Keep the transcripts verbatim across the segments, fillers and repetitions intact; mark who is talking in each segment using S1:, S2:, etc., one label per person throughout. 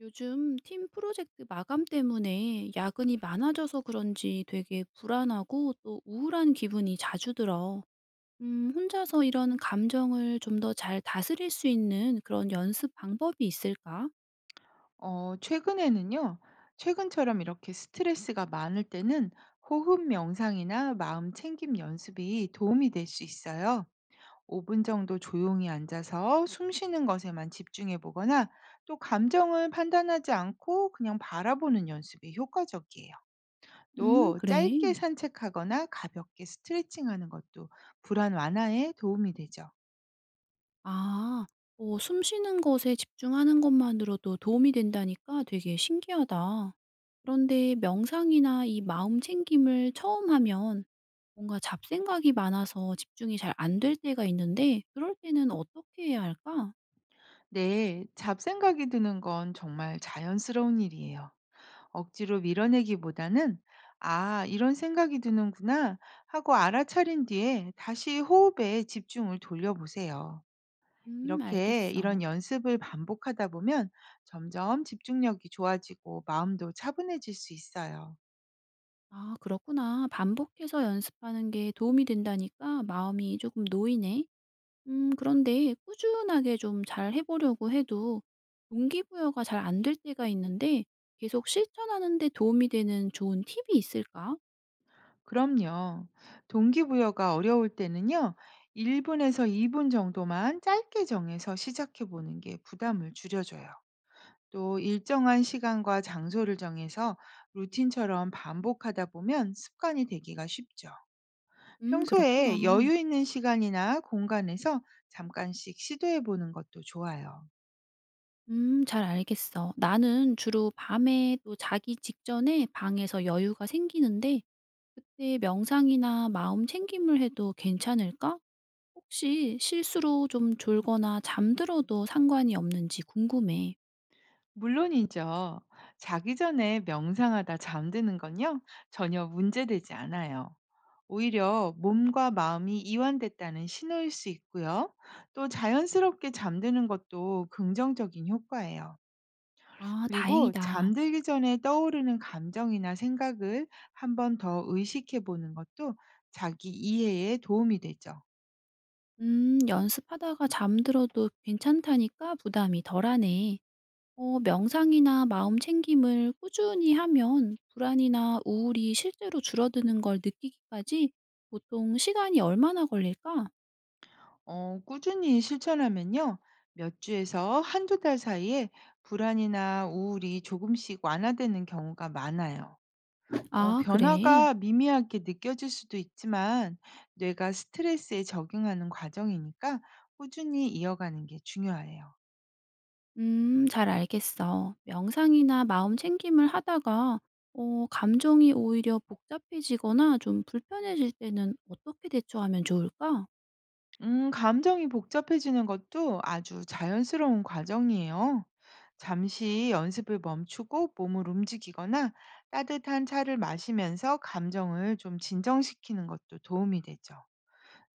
S1: 요즘 팀 프로젝트 마감 때문에 야근이 많아져서 그런지 되게 불안하고 또 우울한 기분이 자주 들어. 음, 혼자서 이런 감정을 좀 더 잘 다스릴 수 있는 그런 연습 방법이 있을까?
S2: 어, 최근에는요, 최근처럼 이렇게 스트레스가 많을 때는 호흡 명상이나 마음 챙김 연습이 도움이 될 수 있어요. 오 분 정도 조용히 앉아서 숨 쉬는 것에만 집중해 보거나 또 감정을 판단하지 않고 그냥 바라보는 연습이 효과적이에요.
S1: 음,
S2: 또
S1: 그래.
S2: 짧게 산책하거나 가볍게 스트레칭하는 것도 불안 완화에 도움이 되죠.
S1: 아, 어, 숨 쉬는 것에 집중하는 것만으로도 도움이 된다니까 되게 신기하다. 그런데 명상이나 이 마음 챙김을 처음 하면 뭔가 잡생각이 많아서 집중이 잘 안 될 때가 있는데 그럴 때는 어떻게 해야 할까?
S2: 네, 잡생각이 드는 건 정말 자연스러운 일이에요. 억지로 밀어내기보다는 '아 이런 생각이 드는구나.' 하고 알아차린 뒤에 다시 호흡에 집중을 돌려보세요.
S1: 음
S2: 이렇게 이런
S1: 알겠어.
S2: 연습을 반복하다 보면 점점 집중력이 좋아지고 마음도 차분해질 수 있어요.
S1: 아 그렇구나. 반복해서 연습하는 게 도움이 된다니까 마음이 조금 놓이네. 음 그런데 꾸준하게 좀 잘 해 보려고 해도 동기부여가 잘 안 될 때가 있는데 계속 실천하는 데 도움이 되는 좋은 팁이 있을까?
S2: 그럼요. 동기부여가 어려울 때는요. 일 분에서 이 분 정도만 짧게 정해서 시작해 보는 게 부담을 줄여줘요. 또 일정한 시간과 장소를 정해서 루틴처럼 반복하다 보면 습관이 되기가 쉽죠.
S1: 음 그렇구나.
S2: 평소에 여유 있는 시간이나 공간에서 잠깐씩 시도해 보는 것도 좋아요.
S1: 음 잘 알겠어. 나는 주로 밤에 또 자기 직전에 방에서 여유가 생기는데 그때 명상이나 마음 챙김을 해도 괜찮을까? 혹시 실수로 좀 졸거나 잠들어도 상관이 없는지 궁금해.
S2: 물론이죠. 자기 전에 명상하다 잠드는 건요, 전혀 문제되지 않아요. 오히려 몸과 마음이 이완됐다는 신호일 수 있고요. 또 자연스럽게 잠드는 것도 긍정적인 효과예요.
S1: 아,
S2: 그리고
S1: 다행이다.
S2: 잠들기 전에 떠오르는 감정이나 생각을 한번 더 의식해 보는 것도 자기 이해에 도움이 되죠.
S1: 음, 연습하다가 잠들어도 괜찮다니까 부담이 덜하네. 어, 명상이나 마음 챙김을 꾸준히 하면 불안이나 우울이 실제로 줄어드는 걸 느끼기까지 보통 시간이 얼마나 걸릴까?
S2: 어, 꾸준히 실천하면요. 몇 주에서 한두 달 사이에 불안이나 우울이 조금씩 완화되는 경우가 많아요. 어,
S1: 아, 그래.
S2: 변화가 미미하게 느껴질 수도 있지만 뇌가 스트레스에 적응하는 과정이니까 꾸준히 이어가는 게 중요해요.
S1: 음, 잘 알겠어. 명상이나 마음 챙김을 하다가, 어, 감정이 오히려 복잡해지거나 좀 불편해질 때는 어떻게 대처하면 좋을까?
S2: 음, 감정이 복잡해지는 것도 아주 자연스러운 과정이에요. 잠시 연습을 멈추고 몸을 움직이거나 따뜻한 차를 마시면서 감정을 좀 진정시키는 것도 도움이 되죠.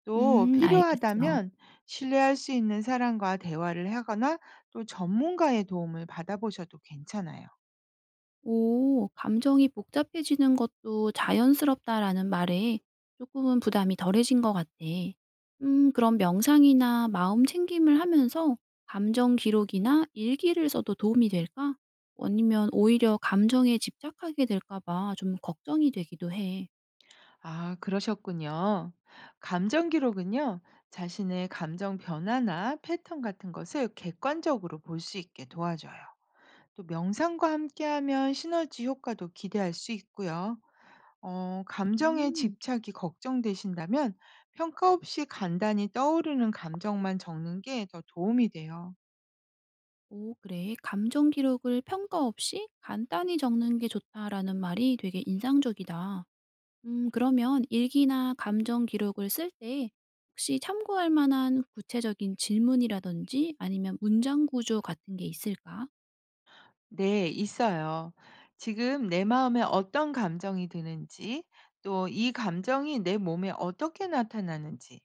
S2: 또
S1: 음, 알겠어.
S2: 필요하다면 신뢰할 수 있는 사람과 대화를 하거나 또 전문가의 도움을 받아보셔도 괜찮아요.
S1: 오, 감정이 복잡해지는 것도 자연스럽다라는 말에 조금은 부담이 덜해진 것 같아. 음, 그럼 명상이나 마음 챙김을 하면서 감정 기록이나 일기를 써도 도움이 될까? 아니면 오히려 감정에 집착하게 될까 봐 좀 걱정이 되기도 해.
S2: 아, 그러셨군요. 감정 기록은요, 자신의 감정 변화나 패턴 같은 것을 객관적으로 볼 수 있게 도와줘요. 또 명상과 함께하면 시너지 효과도 기대할 수 있고요. 어, 감정에
S1: 음,
S2: 집착이 걱정되신다면 평가 없이 간단히 떠오르는 감정만 적는 게 더 도움이 돼요.
S1: 오, 그래. 감정 기록을 평가 없이 간단히 적는 게 좋다라는 말이 되게 인상적이다. 음 그러면 일기나 감정 기록을 쓸 때 혹시 참고할 만한 구체적인 질문이라든지 아니면 문장 구조 같은 게 있을까?
S2: 네, 있어요. 지금 내 마음에 어떤 감정이 드는지, 또 이 감정이 내 몸에 어떻게 나타나는지,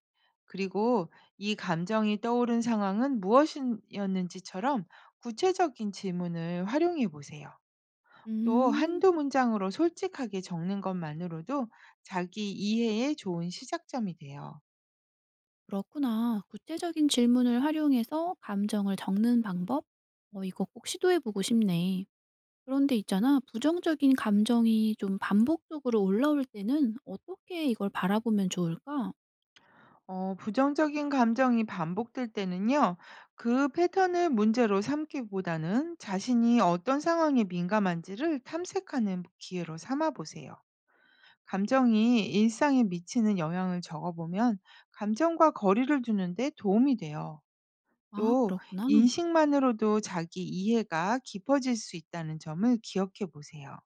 S2: 그리고 이 감정이 떠오른 상황은 무엇이었는지처럼 구체적인 질문을 활용해 보세요. 또
S1: 음.
S2: 한두 문장으로 솔직하게 적는 것만으로도 자기 이해에 좋은 시작점이 돼요.
S1: 그렇구나. 구체적인 질문을 활용해서 감정을 적는 방법? 어, 이거 꼭 시도해 보고 싶네. 그런데 있잖아, 부정적인 감정이 좀 반복적으로 올라올 때는 어떻게 이걸 바라보면 좋을까?
S2: 어 부정적인 감정이 반복될 때는요. 그 패턴을 문제로 삼기보다는 자신이 어떤 상황에 민감한지를 탐색하는 기회로 삼아 보세요. 감정이 일상에 미치는 영향을 적어 보면 감정과 거리를 두는 데 도움이 돼요.
S1: 아,
S2: 또
S1: 그렇구나.
S2: 인식만으로도 자기 이해가 깊어질 수 있다는 점을 기억해 보세요.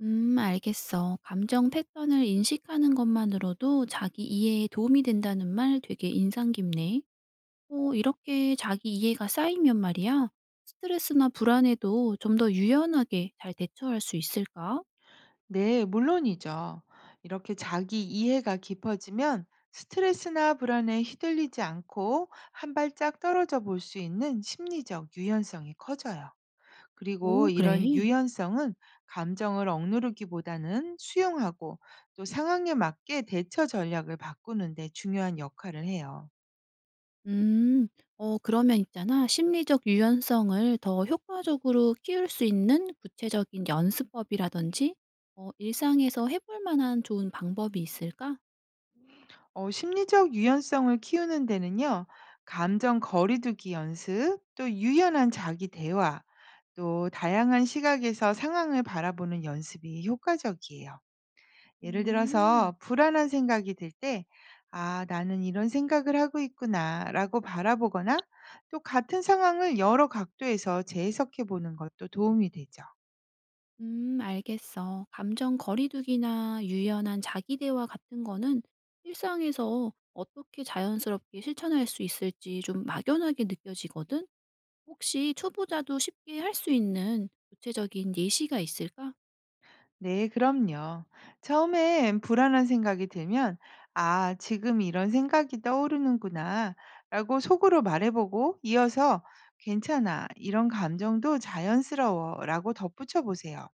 S1: 음, 알겠어. 감정 패턴을 인식하는 것만으로도 자기 이해에 도움이 된다는 말 되게 인상 깊네. 어, 이렇게 자기 이해가 쌓이면 말이야. 스트레스나 불안에도 좀 더 유연하게 잘 대처할 수 있을까?
S2: 네, 물론이죠. 이렇게 자기 이해가 깊어지면 스트레스나 불안에 휘둘리지 않고 한 발짝 떨어져 볼 수 있는 심리적 유연성이 커져요. 그리고
S1: 오,
S2: 이런
S1: 그래.
S2: 유연성은 감정을 억누르기보다는 수용하고 또 상황에 맞게 대처 전략을 바꾸는 데 중요한 역할을 해요.
S1: 음, 어, 그러면 있잖아. 심리적 유연성을 더 효과적으로 키울 수 있는 구체적인 연습법이라든지, 어, 일상에서 해볼 만한 좋은 방법이 있을까?
S2: 어, 심리적 유연성을 키우는 데는요, 감정 거리두기 연습, 또 유연한 자기 대화, 또 다양한 시각에서 상황을 바라보는 연습이 효과적이에요. 예를
S1: 음.
S2: 들어서 불안한 생각이 들 때, 아, 나는 이런 생각을 하고 있구나 라고 바라보거나 또 같은 상황을 여러 각도에서 재해석해 보는 것도 도움이 되죠.
S1: 음, 알겠어. 감정 거리두기나 유연한 자기 대화 같은 거는 일상에서 어떻게 자연스럽게 실천할 수 있을지 좀 막연하게 느껴지거든? 혹시 초보자도 쉽게 할 수 있는 구체적인 예시가 있을까?
S2: 네, 그럼요. 처음엔 불안한 생각이 들면, 아, 지금 이런 생각이 떠오르는구나 라고 속으로 말해보고 이어서 괜찮아, 이런 감정도 자연스러워 라고 덧붙여 보세요.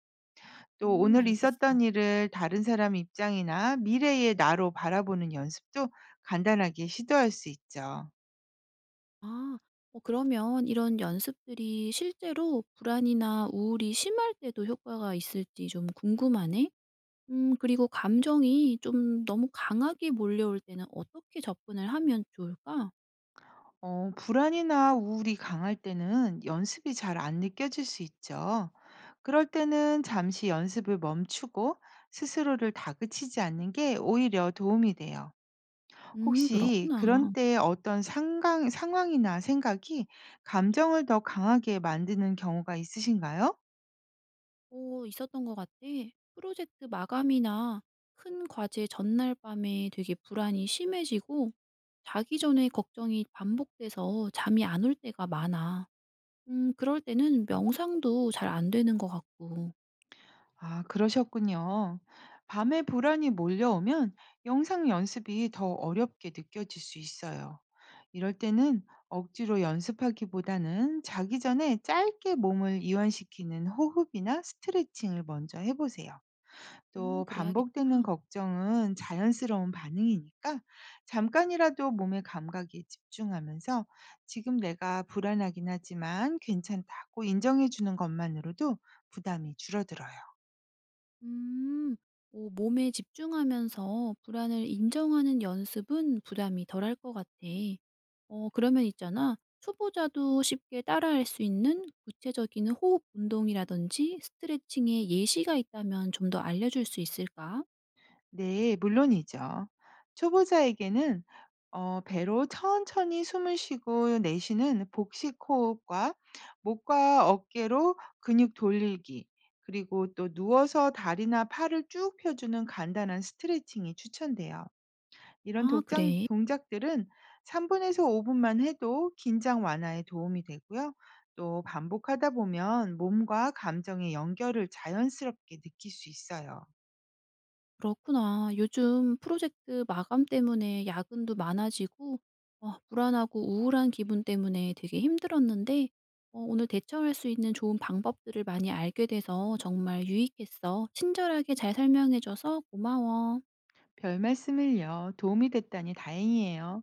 S2: 또
S1: 음,
S2: 오늘
S1: 알겠어.
S2: 있었던 일을 다른 사람 입장이나 미래의 나로 바라보는 연습도 간단하게 시도할 수 있죠.
S1: 아, 어, 그러면 이런 연습들이 실제로 불안이나 우울이 심할 때도 효과가 있을지 좀 궁금하네? 음, 그리고 감정이 좀 너무 강하게 몰려올 때는 어떻게 접근을 하면 좋을까?
S2: 어, 불안이나 우울이 강할 때는 연습이 잘 안 느껴질 수 있죠. 그럴 때는 잠시 연습을 멈추고 스스로를 다그치지 않는 게 오히려 도움이 돼요.
S1: 음
S2: 혹시
S1: 그렇구나.
S2: 그런 때 어떤 상황, 상황이나 생각이 감정을 더 강하게 만드는 경우가 있으신가요?
S1: 오 있었던 것 같아. 프로젝트 마감이나 큰 과제 전날 밤에 되게 불안이 심해지고 자기 전에 걱정이 반복돼서 잠이 안 올 때가 많아. 음 그럴 때는 명상도 잘 안 되는 것 같고.
S2: 아, 그러셨군요. 밤에 불안이 몰려오면 영상 연습이 더 어렵게 느껴질 수 있어요. 이럴 때는 억지로 연습하기보다는 자기 전에 짧게 몸을 이완시키는 호흡이나 스트레칭을 먼저 해보세요.
S1: 음
S2: 또
S1: 그래야겠다.
S2: 반복되는 걱정은 자연스러운 반응이니까 잠깐이라도 몸의 감각에 집중하면서 지금 내가 불안하긴 하지만 괜찮다고 인정해주는 것만으로도 부담이 줄어들어요.
S1: 음. 오 몸에 집중하면서 불안을 인정하는 연습은 부담이 덜할 것 같아. 어 그러면 있잖아. 초보자도 쉽게 따라할 수 있는 구체적인 호흡 운동이라든지 스트레칭의 예시가 있다면 좀 더 알려줄 수 있을까?
S2: 네, 물론이죠. 초보자에게는 어, 배로 천천히 숨을 쉬고 내쉬는 복식 호흡과 목과 어깨로 근육 돌리기, 그리고 또 누워서 다리나 팔을 쭉 펴주는 간단한 스트레칭이 추천돼요. 이런
S1: 아
S2: 독장,
S1: 그래.
S2: 동작들은 삼 분에서 오 분만 해도 긴장 완화에 도움이 되고요. 또 반복하다 보면 몸과 감정의 연결을 자연스럽게 느낄 수 있어요.
S1: 그렇구나. 요즘 프로젝트 마감 때문에 야근도 많아지고 어, 불안하고 우울한 기분 때문에 되게 힘들었는데 어, 오늘 대처할 수 있는 좋은 방법들을 많이 알게 돼서 정말 유익했어. 친절하게 잘 설명해줘서 고마워.
S2: 별 말씀을요. 도움이 됐다니 다행이에요.